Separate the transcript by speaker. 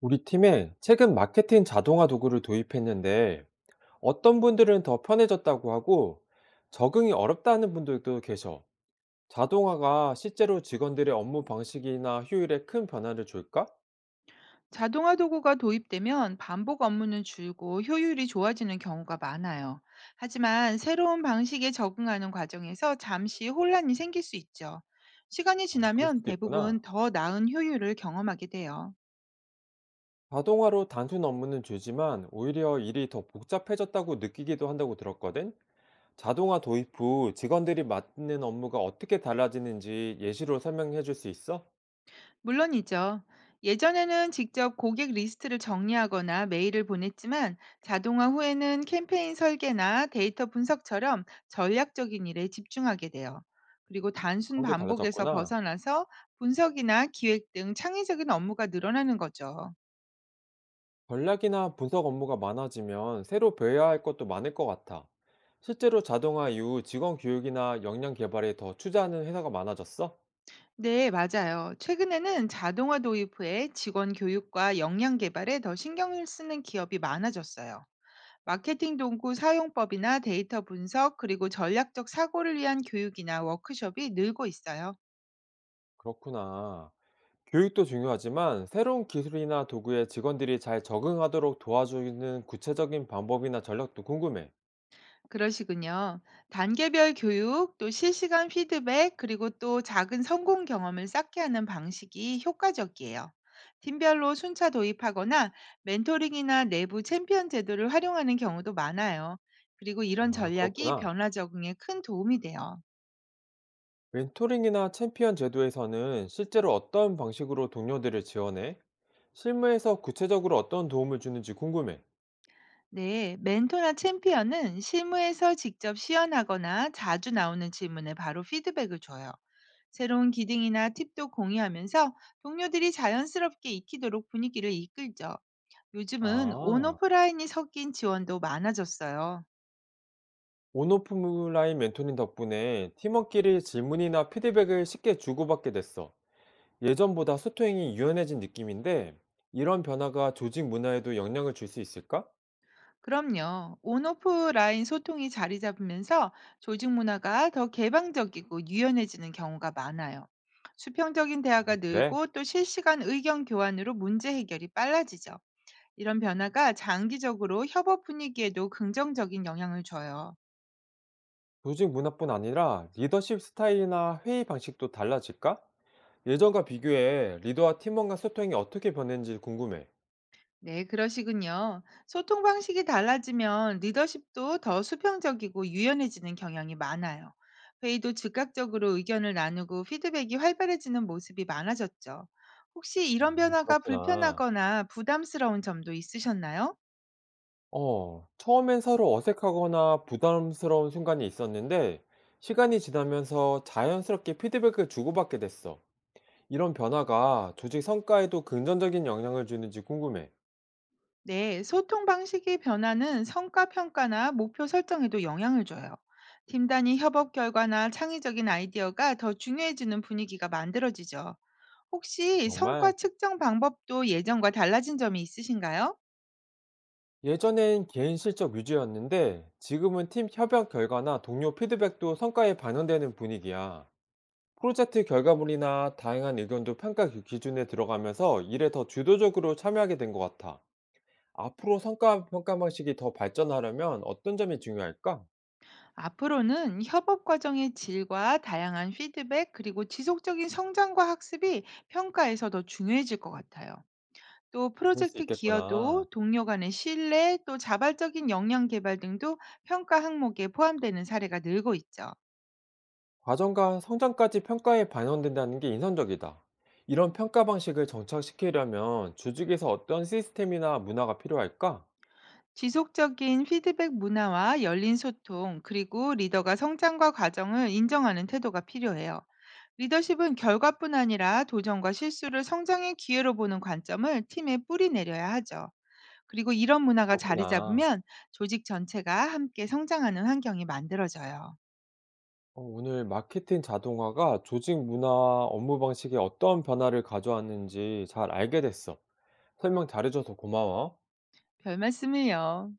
Speaker 1: 우리 팀에 최근 마케팅 자동화 도구를 도입했는데 어떤 분들은 더 편해졌다고 하고 적응이 어렵다는 분들도 계셔. 자동화가 실제로 직원들의 업무 방식이나 효율에 큰 변화를 줄까?
Speaker 2: 자동화 도구가 도입되면 반복 업무는 줄고 효율이 좋아지는 경우가 많아요. 하지만 새로운 방식에 적응하는 과정에서 잠시 혼란이 생길 수 있죠. 시간이
Speaker 1: 아, 그럴
Speaker 2: 지나면
Speaker 1: 수도 있구나.
Speaker 2: 대부분 더 나은 효율을 경험하게 돼요.
Speaker 1: 자동화로 단순 업무는 줄지만 오히려 일이 더 복잡해졌다고 느끼기도 한다고 들었거든. 자동화 도입 후 직원들이 맡는 업무가 어떻게 달라지는지 예시로 설명해 줄 수 있어?
Speaker 2: 물론이죠. 예전에는 직접 고객 리스트를 정리하거나 메일을 보냈지만 자동화 후에는 캠페인 설계나 데이터 분석처럼 전략적인 일에 집중하게 돼요. 그리고 단순
Speaker 1: 그런 게
Speaker 2: 반복에서
Speaker 1: 달라졌구나.
Speaker 2: 벗어나서 분석이나 기획 등 창의적인 업무가 늘어나는 거죠.
Speaker 1: 전략이나 분석 업무가 많아지면 새로 배워야 할 것도 많을 것 같아. 실제로 자동화 이후 직원 교육이나 역량 개발에 더 투자하는 회사가 많아졌어?
Speaker 2: 네, 맞아요. 최근에는 자동화 도입 후에 직원 교육과 역량 개발에 더 신경을 쓰는 기업이 많아졌어요. 마케팅 동구 사용법이나 데이터 분석, 그리고 전략적 사고를 위한 교육이나 워크숍이 늘고 있어요.
Speaker 1: 그렇구나. 교육도 중요하지만 새로운 기술이나 도구에 직원들이 잘 적응하도록 도와주는 구체적인 방법이나 전략도 궁금해.
Speaker 2: 그러시군요. 단계별 교육, 또 실시간 피드백, 그리고 또 작은 성공 경험을 쌓게 하는 방식이 효과적이에요. 팀별로 순차 도입하거나 멘토링이나 내부 챔피언 제도를 활용하는 경우도 많아요. 그리고 이런
Speaker 1: 아,
Speaker 2: 전략이
Speaker 1: 그렇구나.
Speaker 2: 변화 적응에 큰 도움이 돼요.
Speaker 1: 멘토링이나 챔피언 제도에서는 실제로 어떤 방식으로 동료들을 지원해? 실무에서 구체적으로 어떤 도움을 주는지 궁금해.
Speaker 2: 네, 멘토나 챔피언은 실무에서 직접 시연하거나 자주 나오는 질문에 바로 피드백을 줘요. 새로운 기능이나 팁도 공유하면서 동료들이 자연스럽게 익히도록 분위기를 이끌죠. 요즘은
Speaker 1: 아.
Speaker 2: 온오프라인이 섞인 지원도 많아졌어요.
Speaker 1: 온오프라인 멘토링 덕분에 팀원끼리 질문이나 피드백을 쉽게 주고받게 됐어. 예전보다 소통이 유연해진 느낌인데, 이런 변화가 조직 문화에도 영향을 줄 수 있을까?
Speaker 2: 그럼요. 온오프라인 소통이 자리 잡으면서 조직 문화가 더 개방적이고 유연해지는 경우가 많아요. 수평적인 대화가
Speaker 1: 그래.
Speaker 2: 늘고 또 실시간 의견 교환으로 문제 해결이 빨라지죠. 이런 변화가 장기적으로 협업 분위기에도 긍정적인 영향을 줘요.
Speaker 1: 조직 문화뿐 아니라 리더십 스타일이나 회의 방식도 달라질까? 예전과 비교해 리더와 팀원과 소통이 어떻게 변했는지 궁금해.
Speaker 2: 네, 그러시군요. 소통 방식이 달라지면 리더십도 더 수평적이고 유연해지는 경향이 많아요. 회의도 즉각적으로 의견을 나누고 피드백이 활발해지는 모습이 많아졌죠. 혹시 이런
Speaker 1: 아,
Speaker 2: 변화가
Speaker 1: 그렇구나.
Speaker 2: 불편하거나 부담스러운 점도 있으셨나요?
Speaker 1: 처음엔 서로 어색하거나 부담스러운 순간이 있었는데, 시간이 지나면서 자연스럽게 피드백을 주고받게 됐어. 이런 변화가 조직 성과에도 긍정적인 영향을 주는지 궁금해.
Speaker 2: 네, 소통 방식의 변화는 성과 평가나 목표 설정에도 영향을 줘요. 팀 단위 협업 결과나 창의적인 아이디어가 더 중요해지는 분위기가 만들어지죠. 혹시 성과
Speaker 1: 정말
Speaker 2: 측정 방법도 예전과 달라진 점이 있으신가요?
Speaker 1: 예전엔 개인 실적 위주였는데 지금은 팀 협약 결과나 동료 피드백도 성과에 반영되는 분위기야. 프로젝트 결과물이나 다양한 의견도 평가 기준에 들어가면서 일에 더 주도적으로 참여하게 된 것 같아. 앞으로 성과 평가 방식이 더 발전하려면 어떤 점이 중요할까?
Speaker 2: 앞으로는 협업 과정의 질과 다양한 피드백 그리고 지속적인 성장과 학습이 평가에서 더 중요해질 것 같아요. 또
Speaker 1: 그럴 수
Speaker 2: 프로젝트 기여도,
Speaker 1: 있겠구나.
Speaker 2: 동료 간의 신뢰, 또 자발적인 역량 개발 등도 평가 항목에 포함되는 사례가 늘고 있죠.
Speaker 1: 과정과 성장까지 평가에 반영된다는 게 인상적이다. 이런 평가 방식을 정착시키려면 조직에서 어떤 시스템이나 문화가 필요할까?
Speaker 2: 지속적인 피드백 문화와 열린 소통, 그리고 리더가 성장과 과정을 인정하는 태도가 필요해요. 리더십은 결과뿐 아니라 도전과 실수를 성장의 기회로 보는 관점을 팀에 뿌리내려야 하죠. 그리고 이런 문화가 자리
Speaker 1: 그렇구나.
Speaker 2: 잡으면 조직 전체가 함께 성장하는 환경이 만들어져요.
Speaker 1: 오늘 마케팅 자동화가 조직 문화와 업무 방식에 어떤 변화를 가져왔는지 잘 알게 됐어. 설명 잘해줘서 고마워.
Speaker 2: 별 말씀을요.